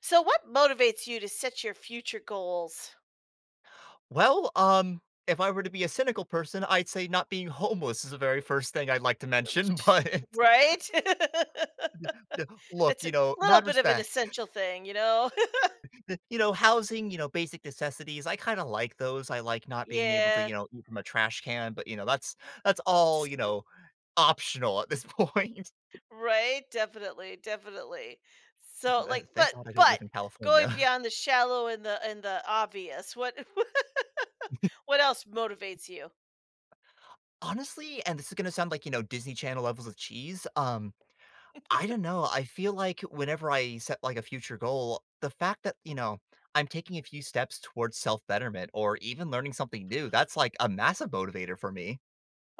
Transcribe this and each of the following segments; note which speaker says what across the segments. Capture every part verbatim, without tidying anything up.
Speaker 1: So, what motivates you to set your future goals?
Speaker 2: Well, um, if I were to be a cynical person, I'd say not being homeless is the very first thing I'd like to mention, but
Speaker 1: Right?
Speaker 2: d- look,
Speaker 1: It's a
Speaker 2: you know,
Speaker 1: little
Speaker 2: mad
Speaker 1: bit of an
Speaker 2: respect.
Speaker 1: essential thing, you know?
Speaker 2: You know, housing, you know, basic necessities, I kinda like those. I like not being able to,
Speaker 1: Yeah.
Speaker 2: you know, eat from a trash can, but, you know, that's that's all, you know, optional at this point.
Speaker 1: Right? Definitely, definitely. So,
Speaker 2: Uh,
Speaker 1: like,
Speaker 2: thank
Speaker 1: but
Speaker 2: God I don't
Speaker 1: but
Speaker 2: live in
Speaker 1: going
Speaker 2: California.
Speaker 1: beyond the shallow and the and the obvious, what what else motivates you?
Speaker 2: Honestly, and this is gonna sound like, you know, Disney Channel levels of cheese, um I don't know, I feel like whenever I set, like, a future goal, the fact that, you know, I'm taking a few steps towards self-betterment or even learning something new, that's, like, a massive motivator for me.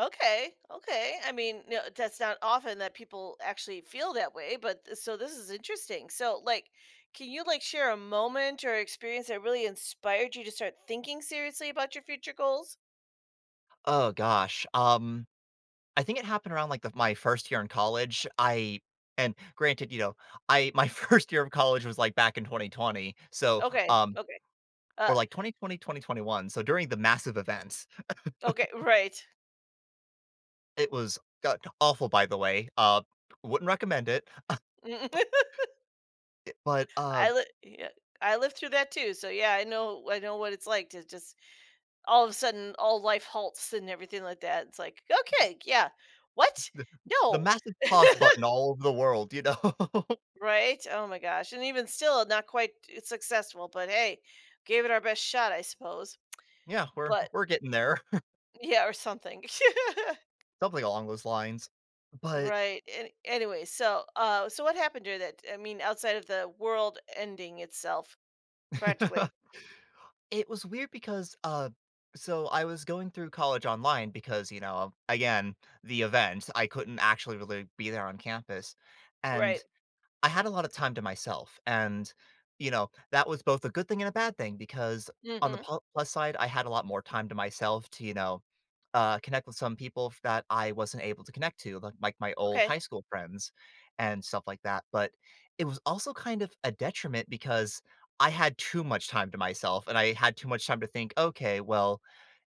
Speaker 1: Okay, okay. I mean, no, that's not often that people actually feel that way, but th- so this is interesting. So, like, can you like share a moment or experience that really inspired you to start thinking seriously about your future goals?
Speaker 2: Oh gosh, um, I think it happened around, like, the my first year in college, I and granted, you know, I my first year of college was, like, back in twenty twenty, so,
Speaker 1: Okay,
Speaker 2: um
Speaker 1: okay, uh,
Speaker 2: or, like, twenty twenty, twenty twenty-one, so during the massive events.
Speaker 1: okay, right.
Speaker 2: It was god awful, by the way, uh, wouldn't recommend it, but, uh
Speaker 1: I li- yeah, I lived through that too, so yeah, I know, I know what it's like to just all of a sudden all life halts and everything like that. It's like, okay, yeah, what?
Speaker 2: The the
Speaker 1: No.
Speaker 2: massive pause button all over the world, you know?
Speaker 1: Right? Oh my gosh. And even still, not quite successful, but hey, gave it our best shot, I suppose.
Speaker 2: Yeah, we're
Speaker 1: But
Speaker 2: we're getting there.
Speaker 1: yeah, or something.
Speaker 2: Something along those lines. But
Speaker 1: Right. And anyway, so uh so what happened during that? I mean, outside of the world ending itself, practically.
Speaker 2: it was weird because, uh so I was going through college online because, you know, again, the event, I couldn't actually really be there on campus,
Speaker 1: Right.
Speaker 2: and I had a lot of time to myself, and, you know, that was both a good thing and a bad thing because on the
Speaker 1: hmm
Speaker 2: plu plus side, I had a lot more time to myself to, you know, uh, connect with some people f that I wasn't able to connect to, like like my old
Speaker 1: Okay.
Speaker 2: high school friends and stuff like that, but it was also kind of a detriment because I had too much time to myself, and I had too much time to think, "Okay, well,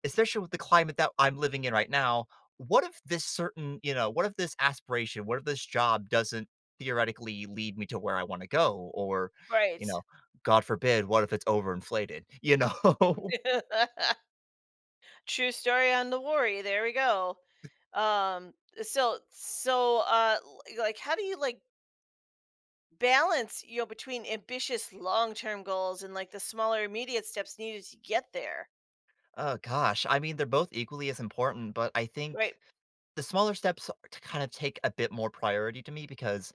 Speaker 2: especially with the climate that I'm living in right now, what if this certain you know, what if this aspiration, what if this job doesn't theoretically lead me to where I wanna go? Or,
Speaker 1: Right.
Speaker 2: you know, God forbid, what if it's overinflated? You know?"
Speaker 1: True story on the worry. There we go. Um so so uh l- like how do you like balance, you know, between ambitious long-term goals and like the smaller immediate steps needed to get there,
Speaker 2: Oh gosh, I mean, they're both equally as important, but I
Speaker 1: right?
Speaker 2: think the smaller steps to kind of take a bit more priority to me because,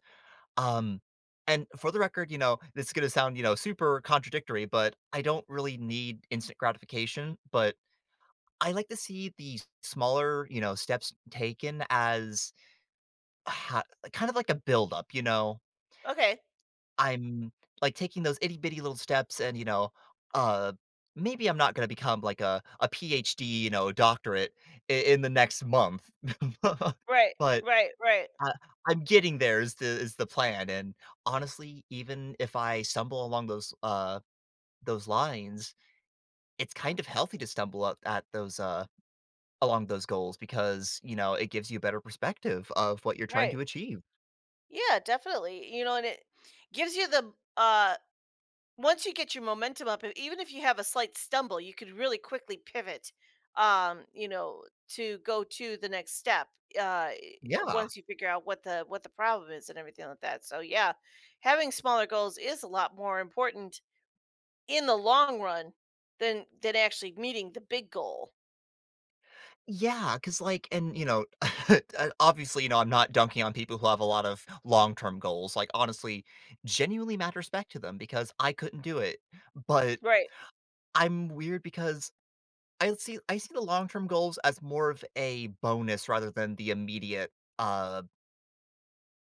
Speaker 2: um and for the record, you know, this is gonna sound, you know, super contradictory, but I don't really need instant gratification, but I like to see the smaller, you know, steps taken as ho kind of like a buildup, you know?
Speaker 1: Okay.
Speaker 2: I'm, like, taking those itty bitty little steps and, you know, uh, maybe I'm not gonna become like a a PhD, you know, doctorate I in the next month,
Speaker 1: Right,
Speaker 2: but
Speaker 1: right. Right,
Speaker 2: I I'm getting there is the is the plan, and honestly, even if I stumble along those, uh, those lines, it's kind of healthy to stumble up at those, uh along those goals because, you know, it gives you a better perspective of what you're trying
Speaker 1: right.
Speaker 2: to achieve.
Speaker 1: Yeah, definitely, you know. And it gives you the uh once you get your momentum up, e- even if you have a slight stumble, you could really quickly pivot, um you know, to go to the next step, uh e,
Speaker 2: Yeah.
Speaker 1: once you figure out what the what the problem is and everything like that. So yeah, having smaller goals is a lot more important in the long run than than actually meeting the big goal.
Speaker 2: Yeah, because like and, you know, uh, obviously, you know, I'm not dunking on people who have a lot of long-term goals, like, honestly, genuinely mad respect to them because I couldn't do it, but
Speaker 1: Right.
Speaker 2: I'm weird because I see I see the long-term goals as more of a bonus rather than the immediate, uh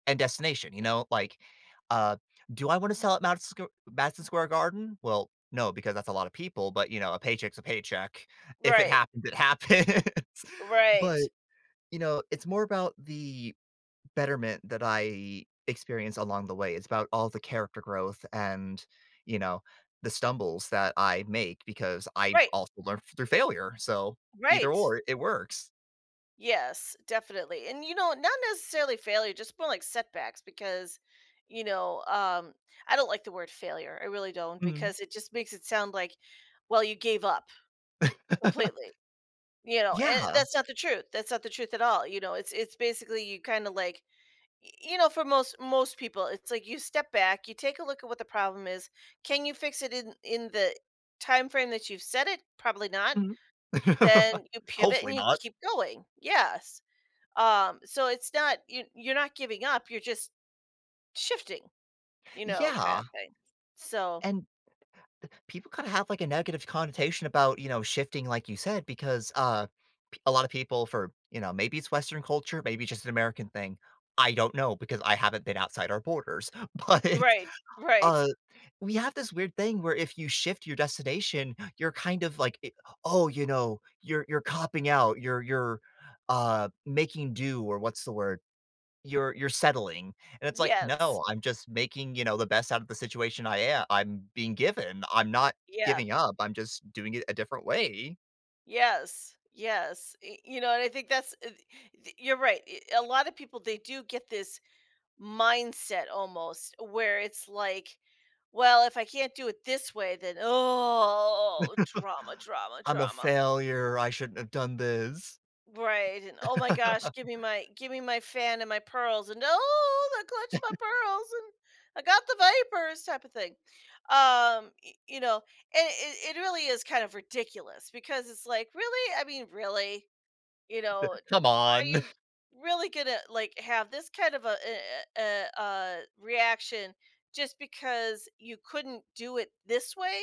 Speaker 2: and destination, you know? Like, uh, do I wanna sell at Madison Square Madison Square Garden? Well, no, because that's a lot of people, but, you know, a paycheck's a paycheck. If it
Speaker 1: Right.
Speaker 2: happens, it happens.
Speaker 1: Right.
Speaker 2: But, you know, it's more about the betterment that I experience along the way. It's about all the character growth and, you know, the stumbles that I make because I
Speaker 1: Right.
Speaker 2: also learn through failure, so either
Speaker 1: Right.
Speaker 2: or, it works.
Speaker 1: Yes, definitely. And you know, not necessarily failure, just more like setbacks because you know, um I don't like the word failure. I really don't,
Speaker 2: Mhm.
Speaker 1: because it just makes it sound like, well, you gave up completely. You know,
Speaker 2: Yeah.
Speaker 1: and that's not the truth. That's not the truth at all. You know, it's it's basically you kind of like y- you know, for most most people it's like you step back, you take a look at what the problem is. Can you fix it in in the time frame that you've set? It probably not.
Speaker 2: Mhm.
Speaker 1: Then you pivot
Speaker 2: Hopefully
Speaker 1: and you
Speaker 2: not.
Speaker 1: keep going, yes. um so it's not you, you're not giving up, you're just shifting, you know, kind
Speaker 2: Yeah.
Speaker 1: of thing. So
Speaker 2: And people kinda have, like, a negative connotation about, you know, shifting, like you said, because, uh, p a lot of people for you know, maybe it's Western culture, maybe it's just an American thing. I don't know because I haven't been outside our borders, but,
Speaker 1: right,
Speaker 2: uh,
Speaker 1: right,
Speaker 2: we have this weird thing where if you shift your destination, you're kind of like, I "Oh, you know, you're you're copping out, you're you're, uh, making do," or what's the word? You're you're settling, and it's like,
Speaker 1: yes,
Speaker 2: "No, I'm just making, you know, the best out of the situation I am. i a I'm being given. I'm not
Speaker 1: yeah,
Speaker 2: giving up, I'm just doing it a different way.
Speaker 1: yes, yes. Y- you know, and I think that's uh, th- you're right. I- a lot of people, they do get this mindset almost where it's like, well, if I can't do it this way, then oh, drama, drama,
Speaker 2: I'm a
Speaker 1: drama.
Speaker 2: failure, I shouldn't have done this.
Speaker 1: Right. And oh my gosh, give me my give me my fan and my pearls, and oh, I clutched my pearls, and I got the vipers type of thing. Um, y- you know, and it, it really is kind of ridiculous because it's like, really? I mean, really? You know,
Speaker 2: Come
Speaker 1: are
Speaker 2: on."
Speaker 1: you really gonna like have this kind of a, a, a, a reaction just because you couldn't do it this way?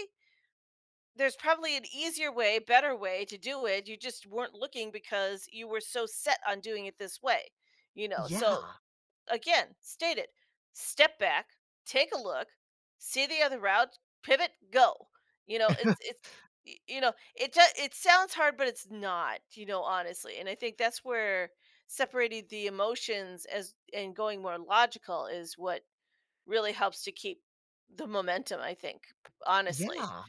Speaker 1: There's probably an easier way, better way to do it. You just weren't looking because you were so set on doing it this way, you know. So
Speaker 2: Yeah.
Speaker 1: again, stated, step back, take a look, see the other route, pivot, go. You know, it's it's y- you know, it do- it sounds hard, but it's not. You know, honestly, and I think that's where separating the emotions as and going more logical is what really helps to keep the momentum. I think, honestly,
Speaker 2: Yeah.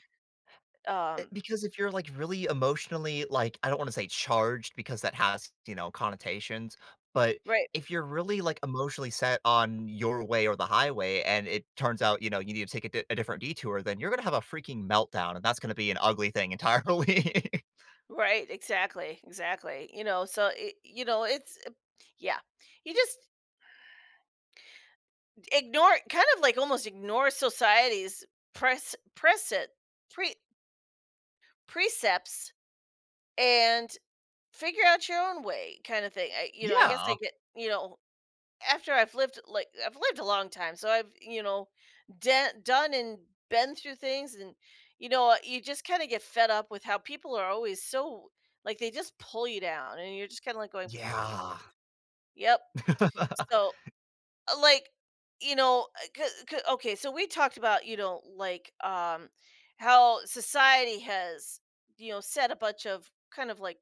Speaker 2: Eh,
Speaker 1: um,
Speaker 2: because if you're, like, really emotionally, like, I don't wanna say charged because that has, you know, connotations, but
Speaker 1: right,
Speaker 2: if you're really, like, emotionally set on your way or the highway and it turns out, you know, you need to take a di a different detour, then you're gonna have a freaking meltdown, and that's gonna be an ugly thing entirely.
Speaker 1: right, exactly, exactly. You know, so it, you know, it's uh, yeah, you just ignore, kind of like almost ignore society's press precedent, pre precepts, and figure out your own way, kind of thing. I, you know, I guess I
Speaker 2: Yeah.
Speaker 1: get, you know, after I've lived, like I've lived a long time, so I've, you know, de- done and been through things, and you know, uh, you just kind of get fed up with how people are always so, like they just pull you down, and you're just kind of like going, "Pfft,
Speaker 2: Yeah.
Speaker 1: yep." So Uh, like, you know, uh, c- c- okay, so we talked about, you know, like um how society has, you know, set a bunch of kind of like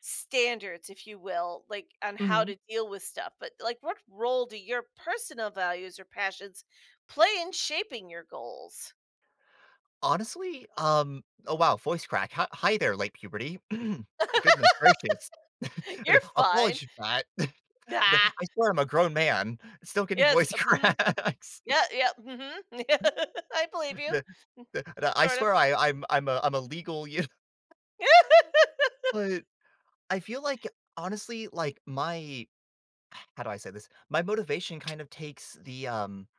Speaker 1: standards, if you will, like on how
Speaker 2: Mhm.
Speaker 1: to deal with stuff. But like what role do your personal values or passions play in shaping your goals?
Speaker 2: Honestly, um oh, wow, voice crack. Hi hi there, late puberty. Goodness gracious. And uh,
Speaker 1: You're fine.
Speaker 2: apologies for that. The
Speaker 1: Nah.
Speaker 2: I swear I'm a grown man, still getting
Speaker 1: Yes.
Speaker 2: voice
Speaker 1: uh, mm-hmm.
Speaker 2: cracks.
Speaker 1: Yeah. Yeah. Mm-hmm. I believe you.
Speaker 2: The the the I
Speaker 1: Sort of.
Speaker 2: swear I I'm I'm a I'm a legal you but I feel like, honestly, like, my how do I say this? My motivation kind of takes the, um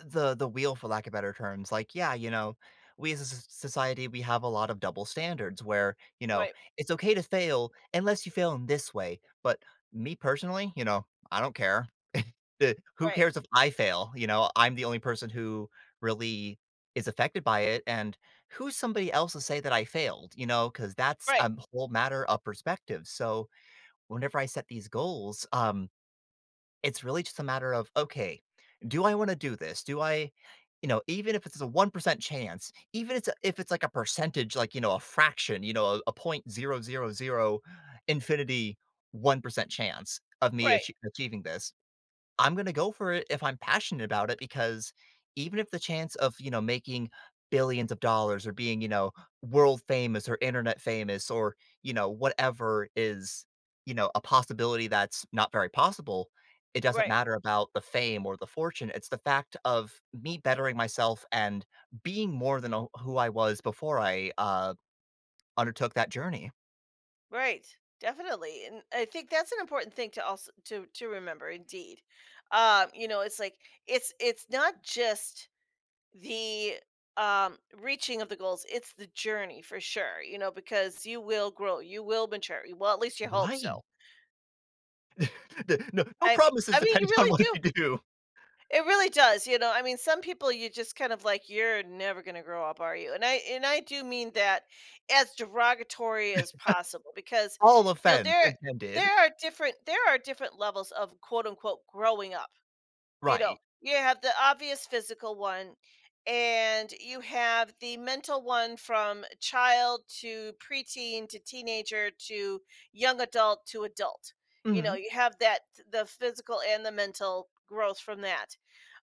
Speaker 2: the the wheel for lack of better terms, like, yeah, you know, we as a s- society we have a lot of double standards where, you know,
Speaker 1: Right.
Speaker 2: it's okay to fail unless you fail in this way. But me personally, you know, I don't care. The- who
Speaker 1: Right.
Speaker 2: cares if I fail, you know? I'm the only person who really is affected by it, and who's somebody else to say that I failed, you know, because that's
Speaker 1: Right.
Speaker 2: a whole matter of perspective. So whenever I set these goals, um it's really just a matter of, "Okay, do I wanna do this? Do I" you know, even if it's a one percent chance, even it's a if it's like a percentage, like, you know, a fraction, you know, a a point 0.000 zero zero infinity one percent chance of me
Speaker 1: Right.
Speaker 2: achie achieving this, I'm gonna go for it if I'm passionate about it because even if the chance of, you know, making billions of dollars or being, you know, world famous or internet famous or, you know, whatever is, you know, a possibility that's not very possible, it doesn't
Speaker 1: Right.
Speaker 2: matter about the fame or the fortune. It's the fact of me bettering myself and being more than a who I was before I, uh, undertook that journey.
Speaker 1: Right. Definitely. And I think that's an important thing to also to to remember indeed. Um, you know, it's like it's it's not just the um reaching of the goals, it's the journey for sure, you know, because you will grow, you will mature. Well, at least you hope
Speaker 2: Right.
Speaker 1: so.
Speaker 2: The no no
Speaker 1: I mean,
Speaker 2: promises
Speaker 1: I mean you
Speaker 2: depending on
Speaker 1: really
Speaker 2: what
Speaker 1: do.
Speaker 2: you do.
Speaker 1: It really does, you know. I mean, some people you just kind of like, "You're never gonna grow up, are you?" And I and I do mean that as derogatory as possible, because,
Speaker 2: All
Speaker 1: you know,
Speaker 2: offense
Speaker 1: there
Speaker 2: intended.
Speaker 1: there are different there are different levels of quote unquote growing up, you know?
Speaker 2: Right.
Speaker 1: You have the obvious physical one, and you have the mental one, from child to preteen to teenager to young adult to adult. You know,
Speaker 2: Mhm.
Speaker 1: you have that the physical and the mental growth from that.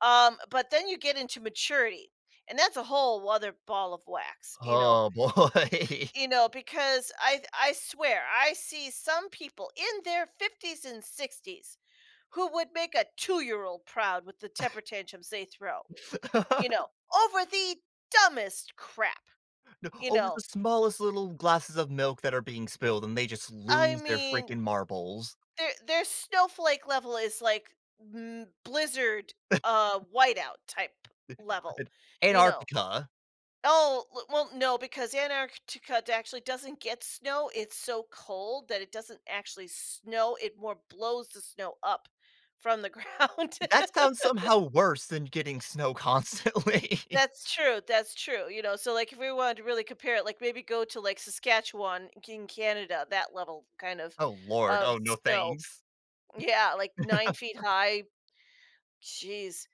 Speaker 1: Um, but then you get into maturity, and that's a whole other ball of wax, you know.
Speaker 2: Oh, boy.
Speaker 1: You know, because I I swear I see some people in their fifties and sixties who would make a two-year-old proud with the temper tantrums they throw, you know, over the dumbest crap,
Speaker 2: No,
Speaker 1: you
Speaker 2: over
Speaker 1: know.
Speaker 2: the smallest little glasses of milk that are being spilled, and they just
Speaker 1: I
Speaker 2: lose their
Speaker 1: mean,
Speaker 2: freaking marbles.
Speaker 1: their their snowflake level is like mm, blizzard uh whiteout type level. You know,
Speaker 2: Antarctica.
Speaker 1: oh, l- well, no, because Antarctica d- actually doesn't get snow. It's so cold that it doesn't actually snow. It more blows the snow up from the ground.
Speaker 2: That sounds somehow worse than getting snow constantly.
Speaker 1: That's true. That's true. You know, so like if we wanted to really compare it, like maybe go to like Saskatchewan in Canada, that level kind of
Speaker 2: Oh lord,
Speaker 1: of
Speaker 2: oh, no
Speaker 1: snow.
Speaker 2: thanks.
Speaker 1: Yeah, like nine feet high. Jeez.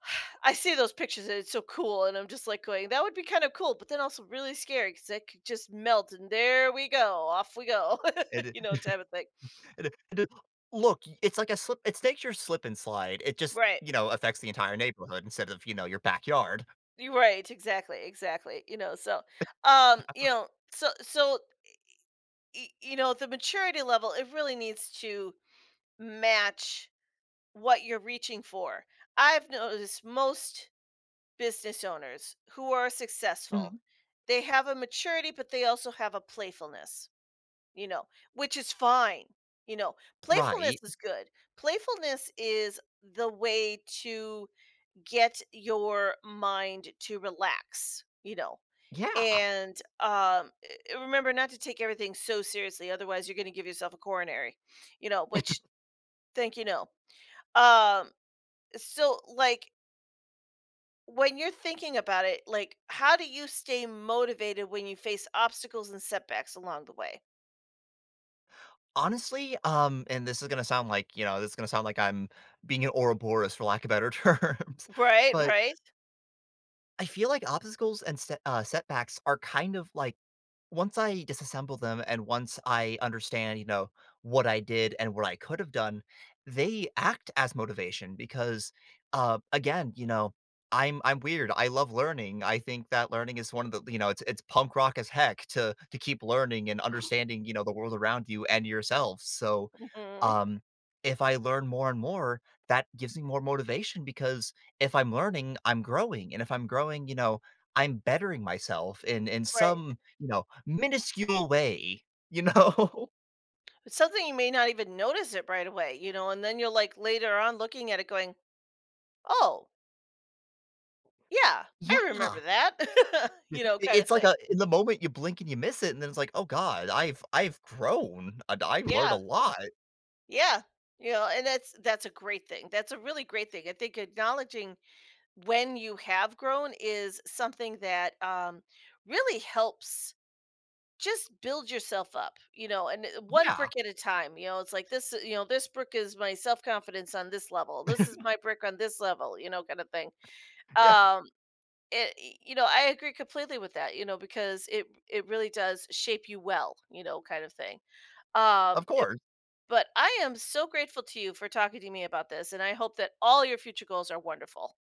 Speaker 1: I see those pictures and it's so cool, and I'm just like going, that would be kind of cool, but then also really scary because it could just melt, and there we go, off we go,
Speaker 2: It
Speaker 1: you know, type of thing.
Speaker 2: it it look, y- it's like a slip it's nature's slip and slide, it just,
Speaker 1: Right,
Speaker 2: you know, affects the entire neighborhood instead of, you know, your backyard.
Speaker 1: you're right, exactly, exactly. You know, so, um, you know, so so y- you know, the maturity level, it really needs to match what you're reaching for. I've noticed most business owners who are successful,
Speaker 2: Mhm.
Speaker 1: they have a maturity, but they also have a playfulness, you know, which is fine. You know, playfulness
Speaker 2: Right.
Speaker 1: is good. Playfulness is the way to get your mind to relax, you know.
Speaker 2: Yeah.
Speaker 1: And um eh, eh, remember not to take everything so seriously, otherwise you're going to give yourself a coronary. You know, which think you know. Um so like when you're thinking about it, like how do you stay motivated when you face obstacles and setbacks along the way?
Speaker 2: Honestly, um, and this is gonna sound like, you know, this is gonna sound like I'm being an Ouroboros for lack of better terms,
Speaker 1: Right,
Speaker 2: but
Speaker 1: right.
Speaker 2: I feel like obstacles and set uh, setbacks are kind of like once I disassemble them and once I understand, you know, what I did and what I could have done, they act as motivation because uh again, you know, I'm I'm weird. I love learning. I think that learning is one of the, you know, it's it's punk rock as heck to to keep learning and understanding, you know, the world around you and yourself. So,
Speaker 1: Mhm.
Speaker 2: um if I learn more and more, that gives me more motivation because if I'm learning, I'm growing, and if I'm growing, you know, I'm bettering myself in in
Speaker 1: Right.
Speaker 2: some, you know, minuscule way, you know?
Speaker 1: It's something you may not even notice it right away, you know, and then you're like later on looking at it going, "Oh, yeah, I
Speaker 2: Yeah.
Speaker 1: remember that."
Speaker 2: It
Speaker 1: you know, kind of
Speaker 2: it's like
Speaker 1: thing.
Speaker 2: a in the moment you blink and you miss it, and then it's like, "Oh god, I've I've grown, and I've learned a
Speaker 1: Yeah.
Speaker 2: lot."
Speaker 1: Yeah. You know, and that's that's a great thing. That's a really great thing. I think acknowledging when you have grown is something that um really helps just build yourself up, you know, and it- one
Speaker 2: Yeah.
Speaker 1: brick at a time. You know, it's like this, you know, this brick is my self confidence on this level. This is my brick on this level, you know, kind of thing.
Speaker 2: Yeah,
Speaker 1: Um it you know, I agree completely with that, you know, because it it really does shape you well, you know, kind of thing. um
Speaker 2: of
Speaker 1: it-
Speaker 2: course.
Speaker 1: but I am so grateful to you for talking to me about this, and I hope that all your future goals are wonderful.